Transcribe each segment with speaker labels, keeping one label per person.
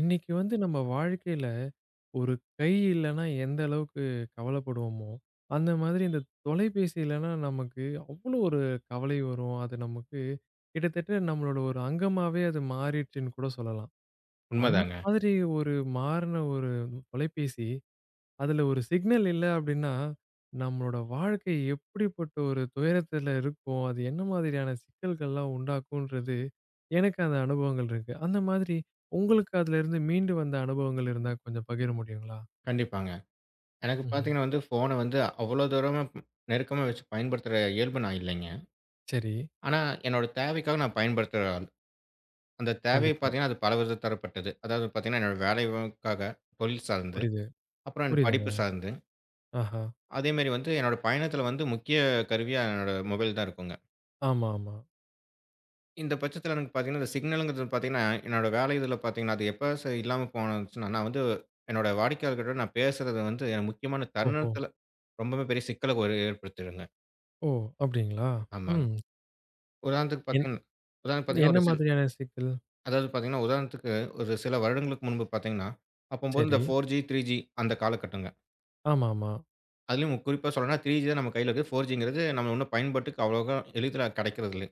Speaker 1: இன்னைக்கு வந்து நம்ம வாழ்க்கையில ஒரு கை இல்லைன்னா எந்த அளவுக்கு கவலைப்படுவோமோ, அந்த மாதிரி இந்த தொலைபேசி இல்லைன்னா நமக்கு அவ்வளோ ஒரு கவலை வரும். அது நமக்கு கிட்டத்தட்ட நம்மளோட ஒரு அங்கமாவே அது மாறிடுச்சுன்னு கூட சொல்லலாம். அந்த
Speaker 2: உண்மதாங்க.
Speaker 1: மாதிரி ஒரு மாறின ஒரு தொலைபேசி அதுல ஒரு சிக்னல் இல்ல அப்படின்னா, நம்மளோட வாழ்க்கை எப்படிப்பட்ட ஒரு துயரத்துல இருக்கும்? அது என்ன மாதிரியான சிக்கல்கள்லாம் உண்டாக்கும்ன்றது, எனக்கு அந்த அனுபவங்கள் இருக்கு. அந்த மாதிரி உங்களுக்கு அதுலருந்து மீண்டு வந்த அனுபவங்கள் இருந்தா கொஞ்சம் பகிர முடியுங்களா?
Speaker 2: கண்டிப்பாங்க. எனக்கு
Speaker 1: ம்ஹ்ம்.
Speaker 2: பார்த்தீங்கன்னா வந்து ஃபோன வந்து அவ்வளோ தூரமா நெருக்கமா வச்சு பயன்படுத்துற இயல்பு நான் இல்லைங்க.
Speaker 1: சரி.
Speaker 2: ஆனா என்னோட தேவைக்காக நான் பயன்படுத்துற ஆள். அந்த தேவை
Speaker 1: கண்டிப்பா.
Speaker 2: பார்த்தீங்கன்னா, அது பலவித தரப்பட்டது. அதாவது பார்த்தீங்கன்னா, என்னோட வேலைக்காக, தொழில் சார்ந்து,
Speaker 1: புரியுது.
Speaker 2: அப்புறம் என்
Speaker 1: புரியுதுங்க.
Speaker 2: படிப்பு சார்ந்து,
Speaker 1: ஆஹா.
Speaker 2: அதேமாரி வந்து என்னோட பயணத்தில வந்து முக்கிய கருவியா என்னோட மொபைல் தான் இருக்குங்க.
Speaker 1: ஆமா, ஆமா.
Speaker 2: இந்த பட்சத்தில எனக்கு பார்த்தீங்கன்னா, இந்த சிக்னல்ங்கிறது பார்த்தீங்கன்னா, என்னோட வேலை இதில பார்த்தீங்கன்னா, அது எப்ப இல்லாம போனுச்சுன்னா, நான் வந்து என்னோட வாடிக்கையாளர்கிட்ட நான் பேசுறது வந்து எனக்கு முக்கியமான
Speaker 1: ஓஹோ!
Speaker 2: தருணத்தில ரொம்பவே பெரிய சிக்கல ஒரு ஏற்படுத்திடுங்க.
Speaker 1: ஓ! அப்படிங்களா?
Speaker 2: ஆமாங்க.
Speaker 1: ம்.
Speaker 2: உதாரணத்துக்கு
Speaker 1: என்
Speaker 2: பார்த்தீங்கன்னா உதாரணத்துக்கு பார்த்தீங்கன்னா,
Speaker 1: என்ன
Speaker 2: ஒரு சில்
Speaker 1: மாதிரியான சிக்கல்?
Speaker 2: அதாவது பார்த்தீங்கன்னா, உதாரணத்துக்கு ஒரு சில வருடங்களுக்கு முன்பு பார்த்தீங்கன்னா, அப்பம்போது
Speaker 1: சரி.
Speaker 2: இந்த 4G, 3G அந்த காலகட்டங்க.
Speaker 1: ஆமாமா.
Speaker 2: அதிலயும் குறிப்பா சொல்லணும்னா 3G தான் நம்ம கையில இருக்கு. 4Gங்கிறது நம்ம இன்னும் பயன்பாட்டுக்கு அவ்வளோக்கா எளிதில கிடைக்கிறது இல்ல.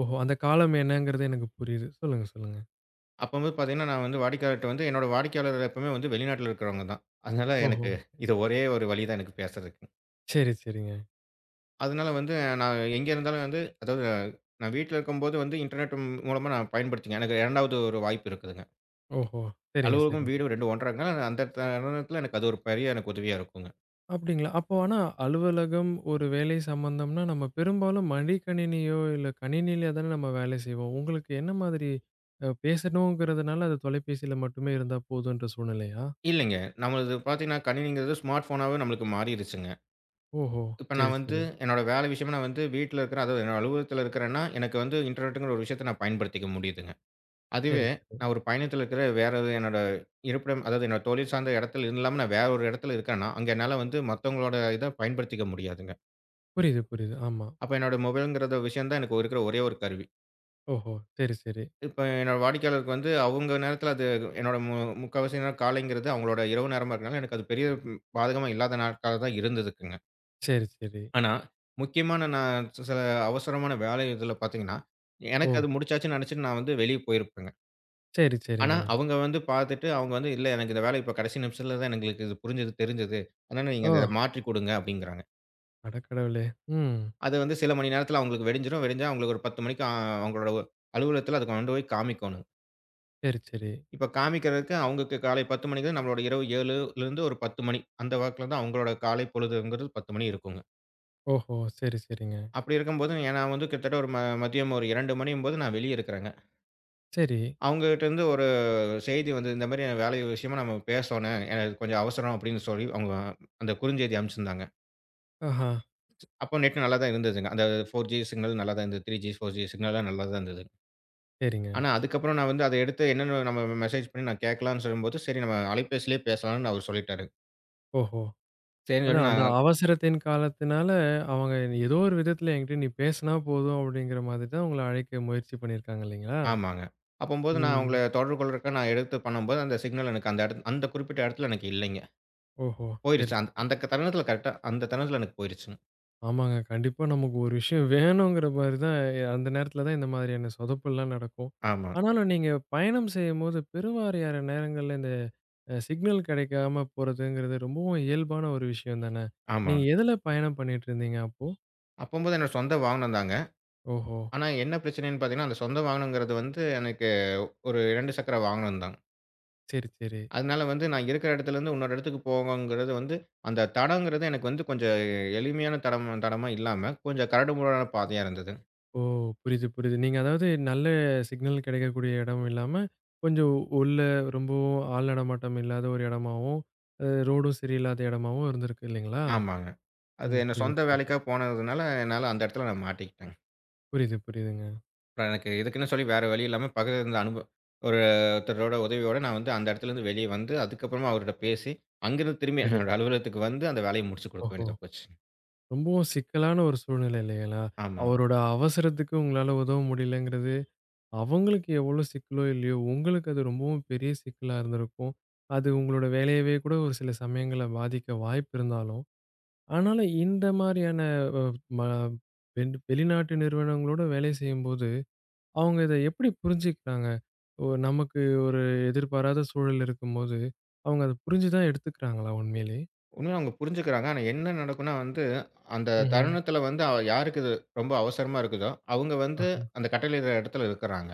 Speaker 1: ஓஹோ! அந்த காலம் என்னங்கிறது எனக்கு புரியுது. சொல்லுங்க, சொல்லுங்க.
Speaker 2: அப்பம்போது பார்த்தீங்கன்னா, நான் வந்து வாடிக்கையாளர்ட்ட வந்து என்னோட வாடிக்கையாளர் எப்பவுமே வந்து வெளிநாட்டில இருக்கிறவங்க தான். அதனால
Speaker 1: ஓஹோ!
Speaker 2: எனக்கு இது ஒரே ஒரு வழி தான் எனக்கு பேசுறதுக்கு.
Speaker 1: சரி, சரிங்க.
Speaker 2: அதனால வந்து நான் எங்க இருந்தாலும் வந்து அதாவது நான் வீட்ல இருக்கும்போது வந்து இன்டர்நெட் மூலமா நான் பயன்படுத்திக்குவேன். எனக்கு 2வது ஒரு வாய்ப்பு இருக்குதுங்க.
Speaker 1: ஓஹோ! சரிங்க,
Speaker 2: அலுவலகம்,
Speaker 1: சரிங்க.
Speaker 2: வீடும் 2 ஒன்றாகிறனால அந்த தருணத்தில எனக்கு அது ஒரு பெரிய எனக்கு உதவியா இருக்குங்க.
Speaker 1: அப்டிங்களா? அப்போ ஆனா அலுவலகம், ஒரு வேலை சம்பந்தம்னா, நம்ம பெரும்பாலும் மடிக்கணினியோ, இல்ல கணினியில தானே நம்ம வேலை செய்வோம். உங்களுக்கு என்ன மாதிரி பேசணுங்கிறதுனால அது தொலைபேசியில மட்டுமே இருந்தா போதுன்ற சூழ்நிலையா?
Speaker 2: இல்லைங்க. நம்மளது பார்த்தீங்கன்னா, கணினிங்கிறது ஸ்மார்ட் ஃபோனாவே நம்மளுக்கு மாறிருச்சுங்க.
Speaker 1: ஓஹோ!
Speaker 2: இப்ப
Speaker 1: சரி,
Speaker 2: நான் வந்து
Speaker 1: சரி.
Speaker 2: என்னோட வேலை விஷயமா நான் வந்து வீட்ல இருக்கிறேன். அதாவது என்னோட அலுவலகத்தில இருக்கிறேன்னா, எனக்கு வந்து இன்டர்நெட்டுங்கிற ஒரு விஷயத்த நான் பயன்படுத்திக்க முடியுதுங்க. அதுவே
Speaker 1: சரி, சரி.
Speaker 2: நான் ஒரு பயணத்தில இருக்கிற வேற ஒரு என்னோட இருப்பிடம், அதாவது என்னோட தொழில் சார்ந்த இடத்துல இல்லாம நான் வேற ஒரு இடத்துல இருக்கேன்னா, அங்க என்னால வந்து மத்தவங்களோட இத பயன்படுத்திக்க முடியாதுங்க.
Speaker 1: புரியுது, புரியுது. ஆமா.
Speaker 2: அப்ப என்னோட மொபைல்ங்கிற விஷயம் தான் எனக்கு இருக்கிற ஒரே ஒரு கருவி.
Speaker 1: ஓஹோ! சரி, சரி.
Speaker 2: இப்ப என்னோட வாடிக்கையாளருக்கு வந்து, அவங்க நேரத்தில அது என்னோட முக்காவாசி நேரம் காலைங்கிறது அவங்களோட இரவு நேரமா இருக்கனால, எனக்கு அது பெரிய பாதகமா இல்லாத நாட்களா தான் இருந்ததுக்குங்க.
Speaker 1: சரி, சரி.
Speaker 2: ஆனா, முக்கியமான நான் சில அவசரமான வேலை இதில பார்த்தீங்கன்னா, எனக்கு
Speaker 1: ஓ!
Speaker 2: அது முடிச்சாச்சுன்னு நெனச்சுட்டு நான் வந்து வெளிய போயிருப்பேங்க.
Speaker 1: சரி,
Speaker 2: ஆனா,
Speaker 1: சரிங்க.
Speaker 2: அவங்க வந்து பார்த்துட்டு, அவங்க வந்து "இல்ல எனக்கு இந்த வேலை இப்ப கடைசி நிமிஷத்தில தான் எங்களுக்கு இது புரிஞ்சது, தெரிஞ்சது. அதனால நீங்க
Speaker 1: ஓ!
Speaker 2: இத மாற்றிக் குடுங்க" அப்டிங்கிறாங்க.
Speaker 1: அடக்கடவுளே! ம்.
Speaker 2: அது வந்து சில மணி நேரத்தில அவங்களுக்கு விடிஞ்சிரும். விடிஞ்சா அவங்களுக்கு ஒரு 10 மணிக்கு அவங்களோட அலுவலகத்தில அத கொண்டு போய் காமிக்கோணும்.
Speaker 1: சரி, சரி.
Speaker 2: இப்ப காமிக்கிறதுக்கு அவங்களுக்கு காலை 10 மணிக்கு நம்மளோட இரவு 7லிருந்து ஒரு 10 மணி. அந்த வாக்குல தான் அவங்களோட காலை பொழுதுங்கிறது 10 மணி இருக்குங்க.
Speaker 1: ஓஹோ! சரி, சரிங்க.
Speaker 2: அப்படி இருக்கும்போது ஏன் நான் வந்து கிட்டத்தட்ட ஒரு மதியம் ஒரு 2 மணியும்போது நான் வெளிய இருக்கிறேங்க.
Speaker 1: சரி.
Speaker 2: அவங்ககிட்டருந்து ஒரு செய்தி வந்தது. இந்த மாரி வேலை விஷயமா நம்ம பேசணும். எனக்கு கொஞ்சம் அவசரம் அப்படின்னு சொல்லி அவங்க அந்த குறுஞ்செய்தி அனுப்பிச்சிருந்தாங்க.
Speaker 1: ஆஹா!
Speaker 2: அப்போ நெட் நல்லா தான் இருந்ததுங்க. அந்த 4G சிக்னல் நல்லா தான் இருந்தது. 3G, 4G சிக்னல்லாம் நல்லா தான் இருந்தது.
Speaker 1: சரிங்க.
Speaker 2: ஆனா அதுக்கப்புறம் நான் வந்து அத எடுத்து என்னன்னு நம்ம மெசேஜ் பண்ணி நான் கேட்கலான்னு சொல்லும்போது, சரி நம்ம அலைபேசியிலேயே பேசலாம்னு அவரு சொல்லிட்டாரு.
Speaker 1: ஓஹோ!
Speaker 2: சரின்னு சொல்லி
Speaker 1: அதான் அந்த
Speaker 2: நான்
Speaker 1: அவசரத்தின் காலத்தினால, அவங்க ஏதோ ஒரு விதத்துல என்கிட்ட நீ பேசினா போதும் அப்படிங்கிற மாதிரி தான் உங்கள அழைக்க முயற்சி பண்ணியிருக்காங்க இல்லைங்களா?
Speaker 2: ஆமாங்க. அப்பம்போது நான் அவங்கள
Speaker 1: ம்.
Speaker 2: தொடர்பு கொள்றதுக்காக நான் எடுத்து பண்ணும்போது, அந்த சிக்னல் எனக்கு அந்த குறிப்பிட்ட இடத்துல எனக்கு இல்லைங்க.
Speaker 1: ஓஹோ! சரி,
Speaker 2: போயிருச்சு.
Speaker 1: சரி.
Speaker 2: அந்த தருணத்துல கரெக்ட்டா அந்த தருணத்துல எனக்கு போயிருச்சுங்க.
Speaker 1: ஆமாங்க. கண்டிப்பா நமக்கு ஒரு விஷயம் வேணுங்கிற மாரி தான் அந்த நேரத்துல தான் இந்த மாதிரியான சொதப்பல்லாம் நடக்கும்.
Speaker 2: ஆமா,
Speaker 1: ஆனாலும் நீங்க பயணம் செய்யும்போது பெருவாரியான நேரங்கள்ல இந்த சிக்னல் கிடைக்காம போறதுங்கிறது ரொம்பவும் இயல்பான ஒரு விஷயம் தானே?
Speaker 2: ஆமா.
Speaker 1: நீங்க எதுல பயணம் பண்ணிட்டு இருந்தீங்க அப்போ?
Speaker 2: அப்பம்போது என்னோட சொந்த வாகனம் தாங்க.
Speaker 1: ஓஹோ!
Speaker 2: ஆனா என்ன பிரச்சனைன்னு பார்த்தீங்கன்னா, அந்த சொந்த வாகனங்கிறது வந்து எனக்கு ஒரு 2 சக்கர வாகனம் தான்.
Speaker 1: சரி, சரி.
Speaker 2: அதனால வந்து நான் இருக்கிற இடத்துலேருந்து இன்னொரு இடத்துக்கு போகங்கிறது வந்து, அந்த தடங்கிறது எனக்கு வந்து கொஞ்சம் எளிமையான தடம் தடமா இல்லாம, கொஞ்சம் கரடுமுரடான பாதையா இருந்தது.
Speaker 1: ஓ! புரியுது, புரியுது. நீங்க அதாவது நல்ல சிக்னல் கிடைக்கக்கூடிய இடம் இல்லாம, கொஞ்சம் உள்ள ரொம்பவும் ஆள் நடமாட்டம் இல்லாத ஒரு இடமாவும், ரோடும் சரியில்லாத இடமாவும் இருந்திருக்கு இல்லைங்களா?
Speaker 2: ஆமாங்க. அது
Speaker 1: ம்.
Speaker 2: என்னோட
Speaker 1: புரியுது,
Speaker 2: சொந்த
Speaker 1: புரியுது.
Speaker 2: வேலைக்காக போனதுனால, என்னால அந்த இடத்துல நான் மாட்டிக்கிட்டேங்க.
Speaker 1: புரியுது, புரியுதுங்க.
Speaker 2: அப்புறம் எனக்கு இதுக்குன்னு சொல்லி வேற வழி இல்லாம பக்கத்துல இருந்த ஒரு ஒருத்தரோட உதவியோட நான் வந்து அந்த இடத்துலேருந்து வெளியே வந்து, அதுக்கப்புறமா அவர்ட்ட பேசி, அங்கேருந்து திரும்பி
Speaker 1: சரி.
Speaker 2: என்னோட அலுவலகத்துக்கு வந்து அந்த வேலைய முடிச்சு குடுக்க
Speaker 1: ஓஹோ!
Speaker 2: வேண்டியதா போச்சு.
Speaker 1: ரொம்பவும் சிக்கலான ஒரு சூழ்நிலை இல்லைங்களா?
Speaker 2: ஆமா.
Speaker 1: அவரோட அவசரத்துக்கு உங்களால உதவ முடியலங்கிறது, அவங்களுக்கு எவ்வளோ சிக்கலோ இல்லையோ, உங்களுக்கு அது ரொம்பவும் பெரிய சிக்கலா இருந்திருக்கும். அது உங்களோட வேலையவே கூட ஒரு சில சமயங்கள்ல பாதிக்க வாய்ப்பு இருந்தாலும் ஆனாலும் இந்த மாரியான அ ம வெண் வெளிநாட்டு நிறுவனங்களோட வேலை செய்யும்போது, அவங்க இத எப்படி புரிஞ்சுக்கிறாங்க? ஓ நமக்கு ஒரு எதிர்பாராத சூழல் இருக்கும்போது, அவங்க அத புரிஞ்சு தான் எடுத்துக்கிறாங்களா உண்மையிலே?
Speaker 2: உண்மையிலே அவங்க புரிஞ்சுக்கிறாங்க. ஆனா என்ன நடக்கும்னா வந்து, அந்த
Speaker 1: ம்ஹ்ம்.
Speaker 2: தருணத்தில வந்து யாருக்கு இது ரொம்ப அவசரமா இருக்குதோ, அவங்க வந்து
Speaker 1: ஆஹா.
Speaker 2: அந்த கட்டளையிடுற இடத்துல இருக்கிறாங்க.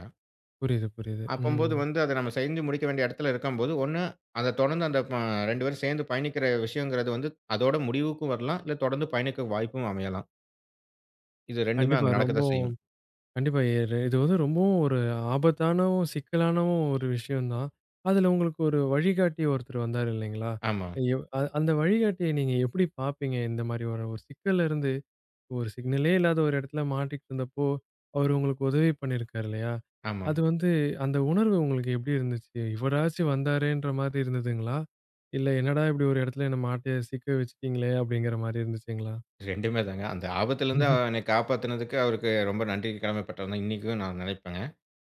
Speaker 1: புரியுது, புரியுது. ம்.
Speaker 2: அப்பம்போது வந்து அத நம்ம செஞ்சு முடிக்க வேண்டிய இடத்துல இருக்கம்போது, ஒண்ணு அத தொடர்ந்து அந்த ப 2 பேரும் சேர்ந்து பயணிக்கிற விஷயங்கிறது வந்து, அதோட முடிவுக்கும் வரலாம். இல்ல தொடர்ந்து பயணிக்க வாய்ப்பும் அமையலாம். இது 2மே
Speaker 1: கண்டிப்பா
Speaker 2: அங்க நடக்க
Speaker 1: ரொம்ப
Speaker 2: தான் செய்யும்.
Speaker 1: கண்டிப்பா எ இது வந்து ரொம்பவும் ஒரு ஆபத்தானவும், சிக்கலானவும் ஒரு விஷயம் தான். அதுல உங்களுக்கு ஒரு வழிகாட்டி ஒருத்தர் வந்தாரு இல்லைங்களா?
Speaker 2: ஆமா,
Speaker 1: எவ் அ அந்த வழிகாட்டிய நீங்க எப்படி பார்ப்பீங்க? இந்த மாரி ஒரு ஒரு சிக்கல்ல இருந்து ஒரு சிக்னலே இல்லாத ஒரு இடத்துல மாட்டிக்கிட்டு இருந்தப்போ, அவரு உங்களுக்கு உதவி பண்ணியிருக்காரு இல்லையா?
Speaker 2: ஆமா.
Speaker 1: அது வந்து அந்த உணர்வு உங்களுக்கு எப்படி இருந்துச்சு? இவராச்சும் வந்தாரேன்ற மாதிரி இருந்ததுங்களா? இல்ல என்னடா இப்படி ஒரு இடத்துல என்ன மாட்டி சிக்க வச்சுட்டீங்களே அப்படிங்கிற மாரி இருந்துச்சுங்களா?
Speaker 2: 2மே தாங்க. அந்த ஆபத்துலருந்து என்னை காப்பாத்துனதுக்கு அவருக்கு ரொம்ப நன்றி கடமைப்பட்டவன் தான் இன்னைக்கும் நான் நினைப்பேங்க.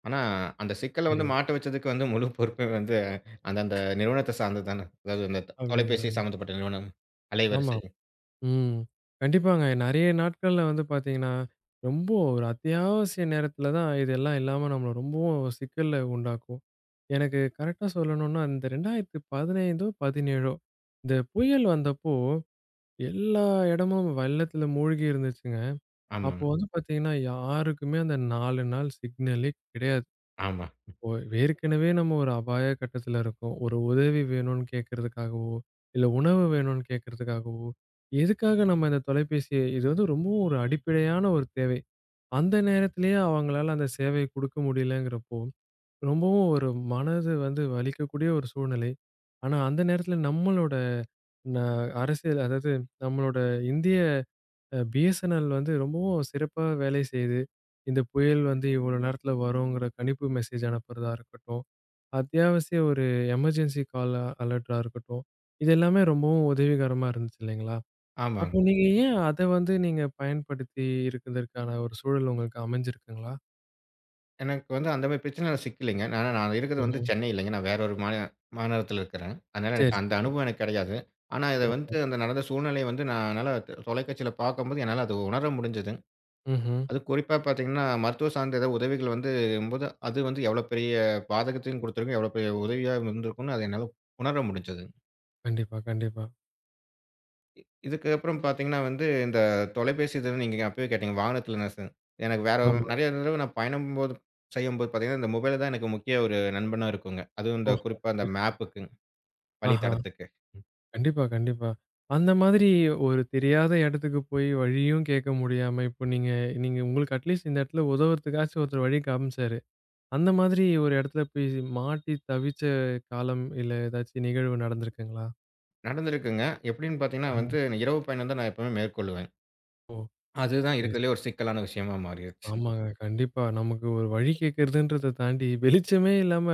Speaker 2: ஆனா, அந்த சிக்கல்ல வந்து
Speaker 1: சரி.
Speaker 2: மாட்ட வச்சதுக்கு வந்து முழு பொறுப்பு வந்து அந்த அந்த நிறுவனத்த சார்ந்தது தான. அதாவது அந்த
Speaker 1: அப்படிங்களா?
Speaker 2: தொலைபேசி சம்மந்தப்பட்ட நிறுவனம்,
Speaker 1: ஆமா.
Speaker 2: அலைவரிசை.
Speaker 1: ம். கண்டிப்பாங்க. நெறைய நாட்கள்ல வந்து பார்த்தீங்கன்னா, ரொம்ப ஒரு அத்தியாவசிய நேரத்துல தான் இதெல்லாம் இல்லாம நம்மள ரொம்பவும் சிக்கல்ல உண்டாக்கும். எனக்கு கரெக்ட்டா சொல்லணும்னா, இந்த 2015 17 இந்த புயல் வந்தப்போ எல்லா இடமும் வெள்ளத்துல மூழ்கி இருந்துச்சுங்க. அப்போ
Speaker 2: ஆமாங்க,
Speaker 1: வந்து பார்த்தீங்கன்னா, யாருக்குமே அந்த 4 நாள் சிக்னலே கிடையாது.
Speaker 2: ஆமா,
Speaker 1: ஓ! ஏற்கனவே நம்ம ஒரு அபாய கட்டத்துல இருக்கோம். ஒரு உதவி வேணும்னு கேட்கறதுக்காகவோ, இல்ல உணவு வேணும்னு கேட்கறதுக்காகவோ, எதுக்காக நம்ம இந்த தொலைபேசிய இது வந்து ரொம்பவும் ஒரு அடிப்படையான ஒரு தேவை. அந்த நேரத்திலேயே அவங்களால அந்த சேவைய குடுக்க முடியலங்கிறப்போ, ரொம்பவும் ஒரு மனது வந்து வலிக்கக்கூடிய ஒரு சூழ்நிலை. ஆனா, அந்த நேரத்துல நம்மளோட ந அரசியல் அதாவது நம்மளோட இந்திய பிஎஸ்என்எல் வந்து ரொம்பவும் சிறப்பா வேலை செய்யுது. இந்த புயல் வந்து இவ்வளோ நேரத்துல வருங்கிற கணிப்பு மெசேஜ் அனுப்புறதா இருக்கட்டும். அத்தியாவசிய ஒரு எமர்ஜென்சி கால் அலர்ட்டா இருக்கட்டும். இது எல்லாமே ரொம்பவும் உதவிகரமா இருந்துச்சு இல்லைங்களா?
Speaker 2: ஆமாங்க.
Speaker 1: அப்போ நீங்க ஏன் அத வந்து நீங்க பயன்படுத்தி இருக்கிறதற்கான ஒரு சூழல் உங்களுக்கு அமைஞ்சிருக்குங்களா?
Speaker 2: எனக்கு வந்து அந்த மாரி பிரச்சனைல சிக்கலைங்க. ஆனா நான் இருக்கிறது வந்து
Speaker 1: ம்ஹ்ம்.
Speaker 2: சென்னை இல்லைங்க. நான் வேற ஒரு மாநிலத்தில இருக்கிறேன். அதனால
Speaker 1: சரி,
Speaker 2: எனக்கு அந்த
Speaker 1: சரி.
Speaker 2: அனுபவம் எனக்கு கிடையாது. ஆனா இத
Speaker 1: ஓஹோ!
Speaker 2: வந்து அந்த நடந்த சூழ்நிலைய வந்து நான் என்னால தொலைக்காட்சியில பார்க்கும்போது என்னால அத உணர முடிஞ்சது.
Speaker 1: ம்ஹ்ம்.
Speaker 2: அதுவும் குறிப்பா பார்த்தீங்கன்னா, மருத்துவ சார்ந்த ஏதாவது உதவிகள் வந்து போது, அது வந்து எவ்வளோ பெரிய பாதகத்தையும் குடுத்திருக்கும், எவ்வளோ பெரிய உதவியா இருந்திருக்கும்னு அத என்னால உணர முடிஞ்சது.
Speaker 1: கண்டிப்பா, கண்டிப்பா.
Speaker 2: இ இதுக்கப்புறம் பார்த்தீங்கன்னா வந்து, இந்த தொலைபேசி இதில நீங்க அப்பவே கேட்டீங்க, வாகனத்தில நான் எனக்கு வேற
Speaker 1: ஆமா.
Speaker 2: நெறைய தடவ நான் பயணம்போது செய்யும்போது பார்த்தீங்கன்னா, இந்த மொபைல் தான் எனக்கு முக்கிய ஒரு நண்பனா இருக்குங்க. அதுவும் இந்த
Speaker 1: ஓஹோ!
Speaker 2: குறிப்பா இந்த
Speaker 1: சரி, சரி.
Speaker 2: மேப்புக்கு,
Speaker 1: ஆஹா!
Speaker 2: வழித்தடத்துக்கு.
Speaker 1: கண்டிப்பா, கண்டிப்பா. அந்த மாதிரி ஒரு தெரியாத இடத்துக்கு போய் வழியும் கேட்க முடியாம, இப்போ நீங்க நீங்க உங்களுக்கு அட்லீஸ்ட் இந்த இடத்துல உதவுறதுக்காச்சும் ஒருத்தர் வழி காமிச்சாரு. அந்த மாதிரி ஒரு இடத்துல போய் மாட்டி தவிச்ச காலம் இல்ல ஏதாச்சும் நிகழ்வு நடந்திருக்குங்களா?
Speaker 2: நடந்திருக்குங்க. எப்படின்னு பார்த்தீங்கன்னா
Speaker 1: ஆஹ.
Speaker 2: வந்து, இரவு பயணம் தான் நான் எப்பவுமே மேற்கொள்ளுவேன். அதுதான்
Speaker 1: சரி, சரி.
Speaker 2: இருக்கிறதுலயே ஒரு சிக்கலான விஷயமா மாறிருச்சு.
Speaker 1: ஆமாங்க. கண்டிப்பா. நமக்கு ஒரு வழி கேட்கிறதுன்றத தாண்டி வெளிச்சமே இல்லாம,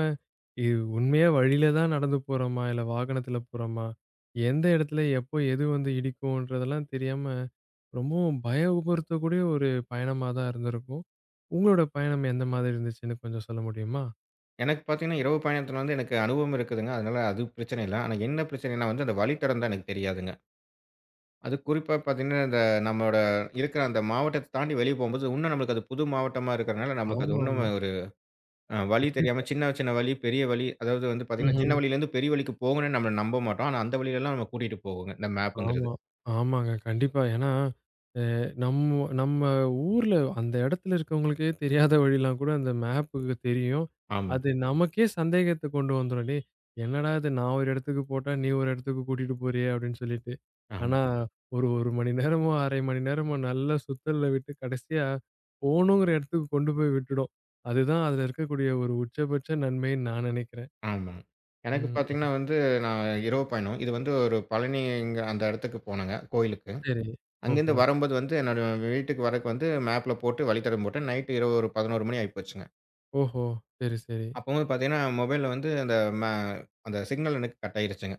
Speaker 1: இது உண்மையா வழியில தான் நடந்து போறோமா? இல்ல வாகனத்துல போறோமா? எந்த இடத்துல எப்போ எது வந்து இடிக்கும்ன்றதெல்லாம் தெரியாம, ரொம்பவும் பய உபுறுத்தக்கூடிய ஒரு பயணமா தான் இருந்திருக்கும். உங்களோட பயணம் எந்த மாதிரி இருந்துச்சுன்னு கொஞ்சம் சொல்ல முடியுமா?
Speaker 2: எனக்கு பார்த்தீங்கன்னா, இரவு பயணத்தில வந்து எனக்கு அனுபவம் இருக்குதுங்க. அதனால அது பிரச்சனை இல்ல. ஆனா என்ன பிரச்சனைன்னா வந்து அந்த வழித்தடம் தான் எனக்கு தெரியாதுங்க. அது குறிப்பா பார்த்தீங்கன்னா, இந்த நம்மோட இருக்கிற அந்த மாவட்டத்த தாண்டி வெளிய போம்போது, இன்னும் நம்மளுக்கு அது புது மாவட்டமா இருக்கிறனால, நம்மளுக்கு அது இன்னும்
Speaker 1: ஆமாமா.
Speaker 2: ஒரு வழி
Speaker 1: கண்டிப்பா.
Speaker 2: தெரியாம சின்ன சின்ன வழி, பெரிய வழி அதாவது வந்து பார்த்தீங்கன்னா, சின்ன
Speaker 1: ம்ஹ்ம்.
Speaker 2: வழியிலேருந்து பெரிய வழிக்கு போகணும்னு நம்மள நம்ப மாட்டோம். ஆனா அந்த வழியிலலாம் நம்ம கூட்டிட்டு போகுங்க, இந்த மேப்புங்கிறது.
Speaker 1: ஆமா. ஆமாங்க. கண்டிப்பா. ஏன்னா, அ நம்ம நம்ம ஊர்ல அந்த இடத்துல இருக்கவங்களுக்கே தெரியாத வழிலாம் கூட அந்த மேப்புக்கு தெரியும்.
Speaker 2: ஆமா,
Speaker 1: அது நமக்கே சந்தேகத்த கொண்டு வந்துரும். "டேய் என்னடா இது நான் ஒரு இடத்துக்கு போட்டா, நீ ஒரு இடத்துக்கு கூட்டிட்டு போறியே!" அப்படின்னு சொல்லிட்டு.
Speaker 2: ஆமா,
Speaker 1: ஆனா, ஒரு 1 மணி நேரமோ, 1/2 மணி நேரமோ நல்ல சுத்தல்ல விட்டு கடைசியா போகணுங்கிற இடத்துக்கு கொண்டு போய் விட்டுடும். அதுதான் அதுல இருக்கக்கூடிய ஒரு உச்சபட்ச நன்மைன்னு நான் நினைக்கிறேன்.
Speaker 2: ஆமா. எனக்கு
Speaker 1: ம்.
Speaker 2: பார்த்தீங்கன்னா வந்து, நான் இரவு பயணம். இது வந்து ஒரு பழனி இங்க அந்த இடத்துக்கு போனேங்க, கோயிலுக்கு.
Speaker 1: சரி.
Speaker 2: அங்கேருந்து
Speaker 1: ஓஹோ!
Speaker 2: வரும்போது வந்து என்னோட வீட்டுக்கு வரக்கு வந்து மேப்ல போட்டு வழித்தடம் போட்டேன். இரவு ஒரு 11 மணி ஆயிப்போச்சுங்க.
Speaker 1: ஓஹோ! சரி, சரி.
Speaker 2: அப்பவும் பார்த்தீங்கன்னா, மொபைல்ல வந்து அந்த ம அந்த சிக்னல் எனக்கு கட் ஆயிருச்சுங்க,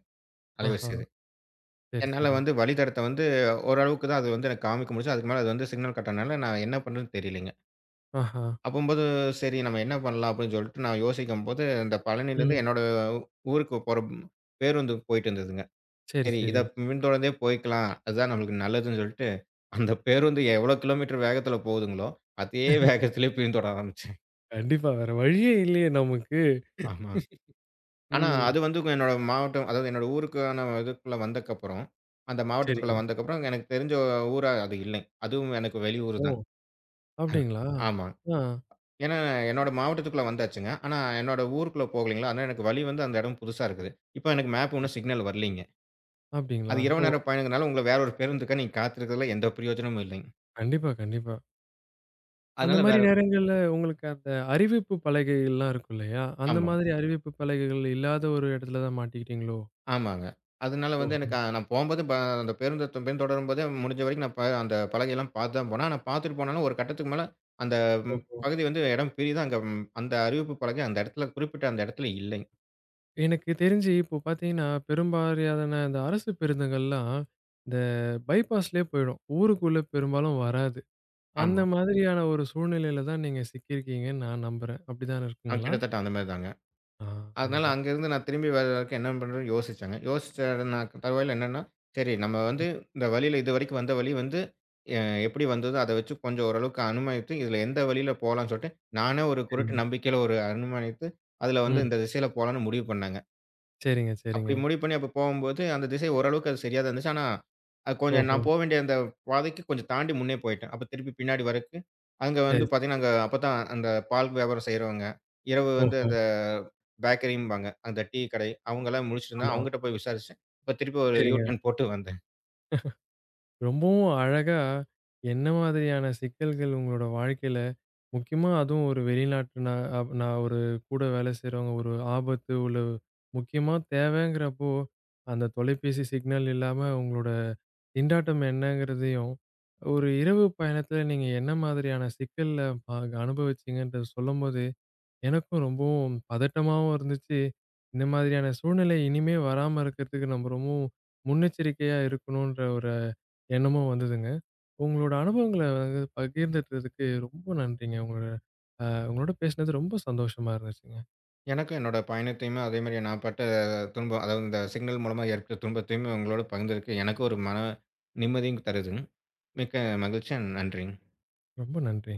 Speaker 2: அலைவரிசி
Speaker 1: ஆஹா!
Speaker 2: இது.
Speaker 1: சரி,
Speaker 2: என்னால
Speaker 1: சரி.
Speaker 2: வந்து வழித்தடத்த வந்து ஓரளவுக்கு தான் அது வந்து எனக்கு காமிக்க முடிஞ்சுது. அதுக்கு மேல அது வந்து சிக்னல் கட் ஆனனால நான் என்ன பண்றதுன்னு தெரியலைங்க.
Speaker 1: ஆஹா.
Speaker 2: அப்பம்போது சரி நம்ம என்ன பண்ணலாம் அப்படின்னு சொல்லிட்டு நான் யோசிக்கும்போது, இந்த பழனியிலேருந்து
Speaker 1: ம்.
Speaker 2: என்னோட ஊருக்கு போற பேருந்து போயிட்டு இருந்ததுங்க.
Speaker 1: சரி,
Speaker 2: சரி,
Speaker 1: சரி.
Speaker 2: இத பின்தொடர்ந்தே போய்க்கலாம். அதுதான் நம்மளுக்கு நல்லதுன்னு சொல்லிட்டு, அந்த பேருந்து எவ்வளோ கிலோமீட்டர் வேகத்தில போகுதுங்களோ, அதே வேகத்திலே பின்தொடர ஆரம்பிச்சேன்.
Speaker 1: கண்டிப்பா. வேற வழியே இல்லையே நமக்கு.
Speaker 2: ஆமா. ஆனா
Speaker 1: ம்.
Speaker 2: அது வந்து என்னோட மாவட்டம், அதாவது என்னோட ஊருக்கான இதுக்குள்ள வந்தக்கப்புறம், அந்த மாவட்டத்துக்குள்ள
Speaker 1: சரிங்க.
Speaker 2: வந்தக்கப்புறம் எனக்கு தெரிஞ்ச ஊரா அது இல்லை. அதுவும் எனக்கு வெளியூர்
Speaker 1: ஓ!
Speaker 2: தான்.
Speaker 1: அப்டிங்களா?
Speaker 2: ஆமா.
Speaker 1: ஆ.
Speaker 2: ஏன்னா என்னோட மாவட்டத்துக்குள்ள வந்தாச்சுங்க. ஆனா என்னோட ஊருக்குள்ள போகலைங்களா, அதனால எனக்கு வழி வந்து அந்த இடம் புதுசா இருக்குது. இப்போ எனக்கு மேப் ஒண்ணும் சிக்னல் வரலைங்க.
Speaker 1: அப்டிங்களா?
Speaker 2: அது இரவு
Speaker 1: ஓ!
Speaker 2: நேர பயணங்கிறனால உங்கள வேற ஒரு பேருந்துக்காக நீங்க காத்திருக்கிறதுல எந்த பிரயோஜனமும் இல்லைங்க.
Speaker 1: கண்டிப்பா, கண்டிப்பா. அந்த
Speaker 2: அதனால
Speaker 1: மாரி
Speaker 2: வேற
Speaker 1: நேரங்கள்ல உங்களுக்கு அந்த அறிவிப்பு பலகைகள்லாம் இருக்கும் இல்லையா? அந்த
Speaker 2: ஆமா.
Speaker 1: மாதிரி அறிவிப்பு பலகைகள் இல்லாத ஒரு இடத்துல தான் மாட்டிக்கிட்டீங்களோ?
Speaker 2: ஆமாங்க. அதனால வந்து
Speaker 1: ஓஹோ!
Speaker 2: எனக்கு நான் போம்போது அந்த பேருந்து பின்தொடரும்போதே முடிஞ்ச வரைக்கும் நான் அந்த பலகையெல்லாம் பார்த்து தான் போனேன். ஆனா பார்த்துட்டு போனாலும் ஒரு கட்டத்துக்கு மேல அந்த ம்
Speaker 1: ஓஹோ!
Speaker 2: பகுதி வந்து இடம் பிரியுது. அங்க அந்த அறிவிப்பு பலகை அந்த இடத்துல குறிப்பிட்ட அந்த இடத்துல இல்லைங்க.
Speaker 1: எனக்கு தெரிஞ்சு இப்போ பார்த்தீங்கன்னா, பெரும்பாலான இந்த அரசு பேருந்துகள்லாம் இந்த பைபாஸ்லயே போயிடும். ஊருக்குள்ள பெரும்பாலும் வராது. அந்த
Speaker 2: ஆமா.
Speaker 1: மாதிரியான ஒரு சூழ்நிலையில தான் நீங்க சிக்கியிருக்கீங்கன்னு நான் நம்புறேன். அப்படிதானே இருக்குங்களா?
Speaker 2: கிட்டத்தட்ட அந்த மாரி தாங்க.
Speaker 1: ஆ
Speaker 2: அதனால
Speaker 1: அதுதான்.
Speaker 2: அங்கேருந்து நான் திரும்பி வர வரைக்கும் என்ன பண்ணுறதுன்னு யோசிச்சேங்க. யோசிச்ச நா தகவல் என்னன்னா, சரி நம்ம
Speaker 1: ம்.
Speaker 2: வந்து இந்த வழியில இதுவரைக்கும் வந்த வழி வந்து எ எப்படி வந்ததோ அத வச்சு கொஞ்சம் ஓரளவுக்கு அனுமானித்து, இதில எந்த வழியில போலான்னு சொல்லிட்டு, நானே ஒரு குருட்டு
Speaker 1: சரிங்க.
Speaker 2: நம்பிக்கையில ஒரு அனுமானித்து, அதில வந்து
Speaker 1: ம்.
Speaker 2: இந்த திசையில போலான்னு முடிவு பண்ணேங்க.
Speaker 1: சரிங்க, சரிங்க.
Speaker 2: அப்படி முடிவு பண்ணி அப்ப போகும்போது, அந்த திசை ஓரளவுக்கு அது சரியா தான் இருந்துச்சு. ஆனா, அது கொஞ்சம்
Speaker 1: ஓஹோ!
Speaker 2: நான் வேண்டிய அந்த பாதைக்கு கொஞ்சம் தாண்டி முன்னே போயிட்டேன். அப்ப திருப்பி பின்னாடி வரக்கு, அங்க வந்து
Speaker 1: சரி,
Speaker 2: பார்த்தீங்கன்னா,
Speaker 1: சரி.
Speaker 2: அங்க அப்பதான் அந்த பால் வியாபாரம் செய்றவங்க, இரவு வந்து
Speaker 1: ஓஹோ!
Speaker 2: அந்த பேக்கரிம்பாங்க, அந்த டீ கடை அவங்கலாம் முழிச்சிருந்தாங்க.
Speaker 1: ஆமா.
Speaker 2: அவங்ககிட்ட போய் விசாரிச்சேன். இப்ப திருப்பி ஒரு யூ
Speaker 1: சரிங்க.
Speaker 2: டர்ன் போட்டு வந்தேன்.
Speaker 1: ரொம்பவும் அழகா என்ன மாதிரியான சிக்கல்கள் உங்களோட வாழ்க்கையில, முக்கியமா அதுவும் ஒரு வெளிநாட்டு நா அப் நான் ஒரு கூட வேலை செய்றவங்க, ஒரு ஆபத்து உள்ள முக்கியமா தேவைங்கிறப்போ, அந்த தொலைபேசி சிக்னல் இல்லாம உங்களோட திண்டாட்டம் என்னங்கிறதையும், ஒரு இரவு பயணத்தில நீங்க என்ன மாதிரியான சிக்கல்ல அனுபவிச்சீங்கன்றத சொல்லும்போது, எனக்கும் ரொம்பவும் பதட்டமாவும் இருந்துச்சு. இந்த மாதிரியான சூழ்நிலை இனிமே வராம இருக்கிறதுக்கு நம்ம ரொம்பவும் முன்னெச்சரிக்கையா இருக்கணுன்ற ஒரு எண்ணமும் வந்ததுங்க. உங்களோட அனுபவங்கள வந்து பகிர்ந்துட்டதுக்கு ரொம்ப நன்றிங்க. உங்களோட அ உங்களோட பேசினது ரொம்ப சந்தோஷமா இருந்துச்சுங்க.
Speaker 2: எனக்கும் என்னோட பயணத்தையுமே அதே மாரி நான் பட்ட துன்பம், அதாவது இந்த சிக்னல் மூலமா ஏற்பட்ட துன்பத்தையுமே உங்களோட பகிர்ந்ததுக்கு எனக்கு ஒரு மன நிம்மதியும் தருதுங்க. மிக்க மகிழ்ச்சி. நன்றிங்க.
Speaker 1: ரொம்ப நன்றி.